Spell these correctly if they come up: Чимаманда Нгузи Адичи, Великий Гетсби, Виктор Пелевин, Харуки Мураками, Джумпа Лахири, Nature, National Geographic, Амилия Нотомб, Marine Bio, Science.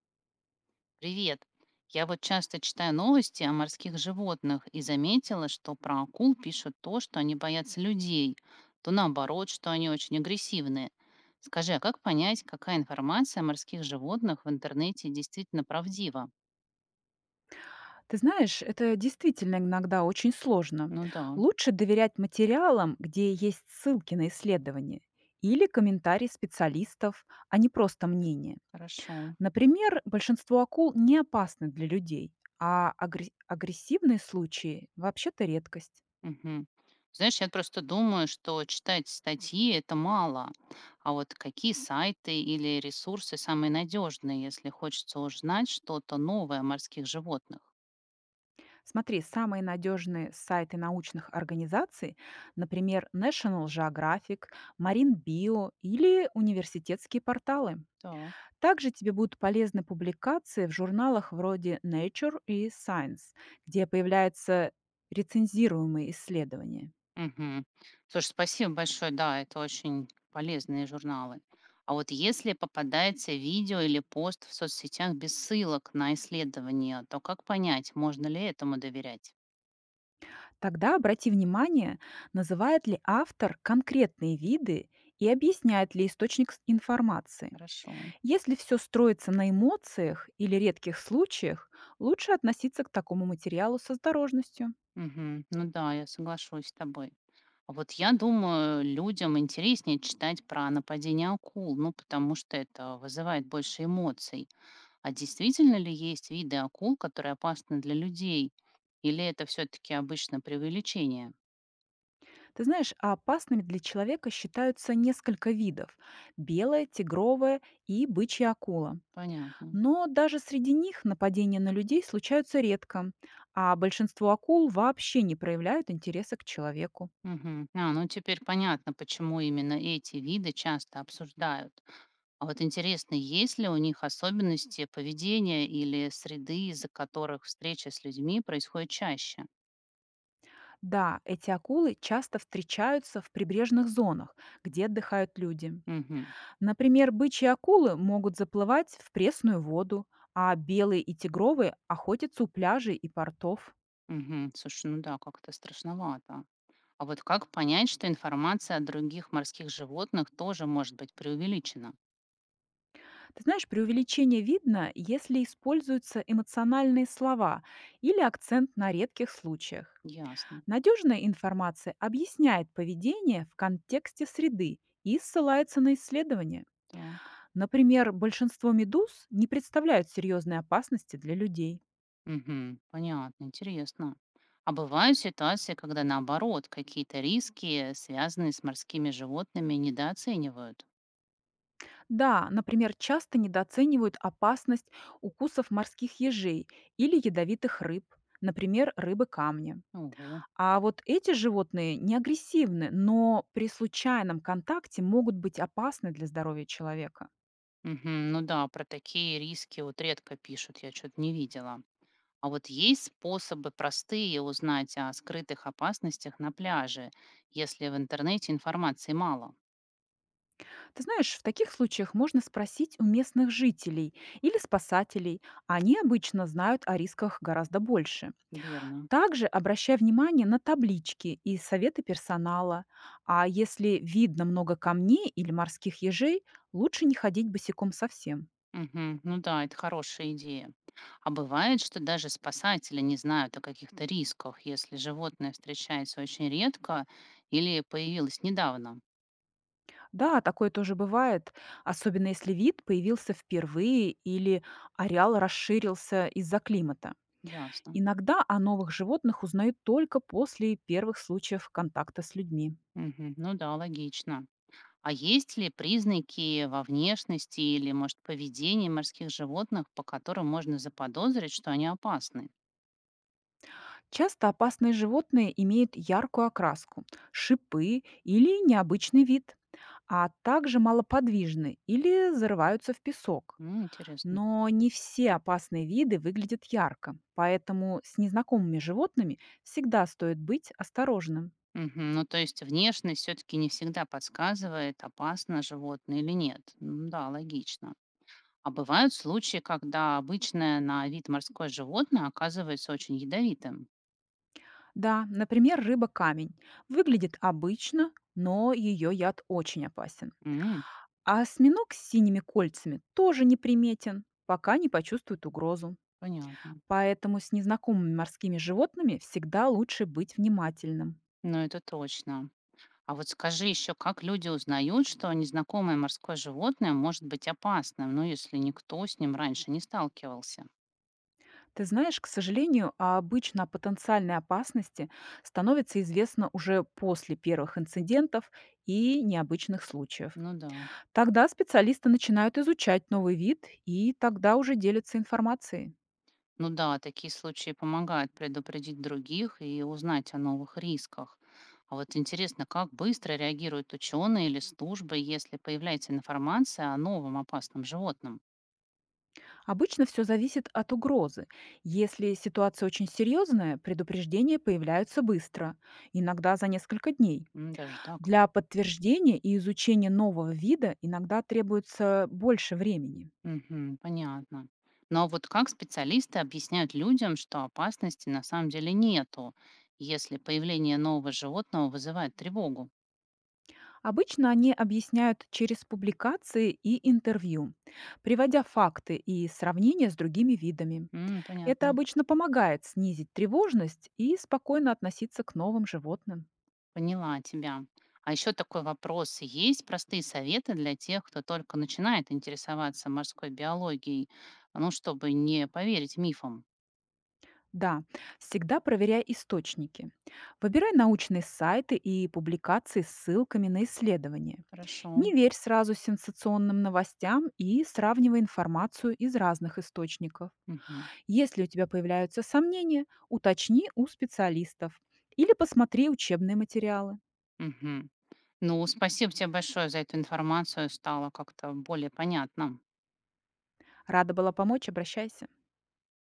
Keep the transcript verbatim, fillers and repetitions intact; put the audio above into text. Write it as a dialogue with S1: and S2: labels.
S1: Привет. Я вот часто читаю новости о морских животных и заметила, что про акул пишут то, что они боятся людей, то наоборот, что они очень агрессивные. Скажи, а как понять, какая информация о морских животных в интернете действительно правдива?
S2: Ты знаешь, это действительно иногда очень сложно.
S1: Ну да,
S2: Лучше доверять материалам, где есть ссылки на исследования или комментарии специалистов, а не просто мнение.
S1: хорошо.
S2: Например, большинство акул не опасны для людей, а агре- агрессивные случаи вообще-то редкость.
S1: Мгм. Знаешь, я просто думаю, что читать статьи это мало. А вот какие сайты или ресурсы самые надежные, если хочется узнать что-то новое о морских животных?
S2: Смотри, самые надежные сайты научных организаций, например, National Geographic, Marine Bio или университетские порталы.
S1: Так.
S2: Также тебе будут полезны публикации в журналах вроде Nature и Science, где появляются рецензируемые исследования.
S1: Мгм. Слушай, спасибо большое. Да, это очень полезные журналы. А вот если попадается видео или пост в соцсетях без ссылок на исследования, то как понять, можно ли этому доверять?
S2: Тогда обрати внимание, называет ли автор конкретные виды и объясняет ли источник с- информации.
S1: Хорошо.
S2: Если все строится на эмоциях или редких случаях, лучше относиться к такому материалу с осторожностью.
S1: Мгм. Ну да, я соглашусь с тобой. А вот я думаю, людям интереснее читать про нападение акул, ну потому что это вызывает больше эмоций. А действительно ли есть виды акул, которые опасны для людей? Или это все-таки обычно преувеличение?
S2: Ты знаешь, а опасными для человека считаются несколько видов — белая, тигровая и бычья акула.
S1: Понятно.
S2: Но даже среди них нападения на людей случаются редко, а большинство акул вообще не проявляют интереса к человеку.
S1: Мгм. А, ну теперь понятно, почему именно эти виды часто обсуждают. А вот интересно, есть ли у них особенности поведения или среды, из-за которых встреча с людьми происходит чаще?
S2: Да, эти акулы часто встречаются в прибрежных зонах, где отдыхают люди.
S1: Мгм.
S2: Например, бычьи акулы могут заплывать в пресную воду, а белые и тигровые охотятся у пляжей и портов.
S1: Мгм. Слушай, ну да, как-то страшновато. А вот как понять, что информация о других морских животных тоже может быть преувеличена?
S2: Ты знаешь, преувеличение видно, если используются эмоциональные слова или акцент на редких случаях.
S1: Ясно.
S2: Надежная информация объясняет поведение в контексте среды и ссылается на исследования.
S1: Так.
S2: Например, большинство медуз не представляют серьезной опасности для людей.
S1: Мгм. Понятно, интересно. А бывают ситуации, когда наоборот, какие-то риски, связанные с морскими животными, недооценивают?
S2: Да, например, часто недооценивают опасность укусов морских ежей или ядовитых рыб, например, рыбы камня.
S1: Ого.
S2: А вот эти животные не агрессивны, но при случайном контакте могут быть опасны для здоровья человека.
S1: Мгм. Ну да, про такие риски вот редко пишут, я что-то не видела. А вот есть способы простые узнать о скрытых опасностях на пляже, если в интернете информации мало?
S2: Ты знаешь, в таких случаях можно спросить у местных жителей или спасателей. а Они обычно знают о рисках гораздо больше.
S1: Верно.
S2: Также обращай внимание на таблички и советы персонала. А если видно много камней или морских ежей, лучше не ходить босиком совсем.
S1: Мгм. Ну да, это хорошая идея. А бывает, что даже спасатели не знают о каких-то рисках, если животное встречается очень редко или появилось недавно.
S2: Да, такое тоже бывает, особенно если вид появился впервые или ареал расширился из-за климата.
S1: Ясно.
S2: Иногда о новых животных узнают только после первых случаев контакта с людьми.
S1: Мгм. Ну да, логично. А есть ли признаки во внешности или, может, поведении морских животных, по которым можно заподозрить, что они опасны?
S2: Часто опасные животные имеют яркую окраску, шипы или необычный вид, а также малоподвижны или зарываются в песок.
S1: М, интересно.
S2: Но не все опасные виды выглядят ярко, поэтому с незнакомыми животными всегда стоит быть осторожным.
S1: Мгм. Ну, то есть внешность все-таки не всегда подсказывает, опасно животное или нет. М, да, логично. А бывают случаи, когда обычное на вид морское животное оказывается очень ядовитым.
S2: Да, например, рыба-камень. Выглядит обычно, но ее яд очень опасен.
S1: М,
S2: А осьминог с синими кольцами тоже неприметен, пока не почувствует угрозу.
S1: понятно.
S2: Поэтому с незнакомыми морскими животными всегда лучше быть внимательным.
S1: Ну, это точно. А вот скажи еще, как люди узнают, что незнакомое морское животное может быть опасным, ну, если никто с ним раньше не сталкивался?
S2: Ты знаешь, к сожалению, а обычно о потенциальной опасности становится известно уже после первых инцидентов и необычных случаев.
S1: Ну да.
S2: Тогда специалисты начинают изучать новый вид и тогда уже делятся информацией.
S1: Ну да, такие случаи помогают предупредить других и узнать о новых рисках. А вот интересно, как быстро реагируют ученые или службы, если появляется информация о новом опасном животном?
S2: Обычно все зависит от угрозы. Если ситуация очень серьезная, предупреждения появляются быстро, иногда за несколько дней.
S1: М, даже так?
S2: Для подтверждения и изучения нового вида иногда требуется больше времени.
S1: Мгм, понятно. Но вот как специалисты объясняют людям, что опасности на самом деле нету, если появление нового животного вызывает тревогу?
S2: Обычно они объясняют через публикации и интервью, приводя факты и сравнения с другими видами.
S1: М,
S2: Это
S1: понятно.
S2: обычно помогает снизить тревожность и спокойно относиться к новым животным.
S1: Поняла тебя. А еще такой вопрос. Есть простые советы для тех, кто только начинает интересоваться морской биологией, ну, чтобы не поверить мифам?
S2: Да, всегда проверяй источники. Выбирай научные сайты и публикации с ссылками на исследования.
S1: Хорошо.
S2: Не верь сразу сенсационным новостям и сравнивай информацию из разных источников.
S1: Мгм,
S2: Если у тебя появляются сомнения, уточни у специалистов или посмотри учебные материалы.
S1: мгм. Ну, спасибо тебе большое за эту информацию. Стало как-то более понятно.
S2: Рада была помочь, обращайся.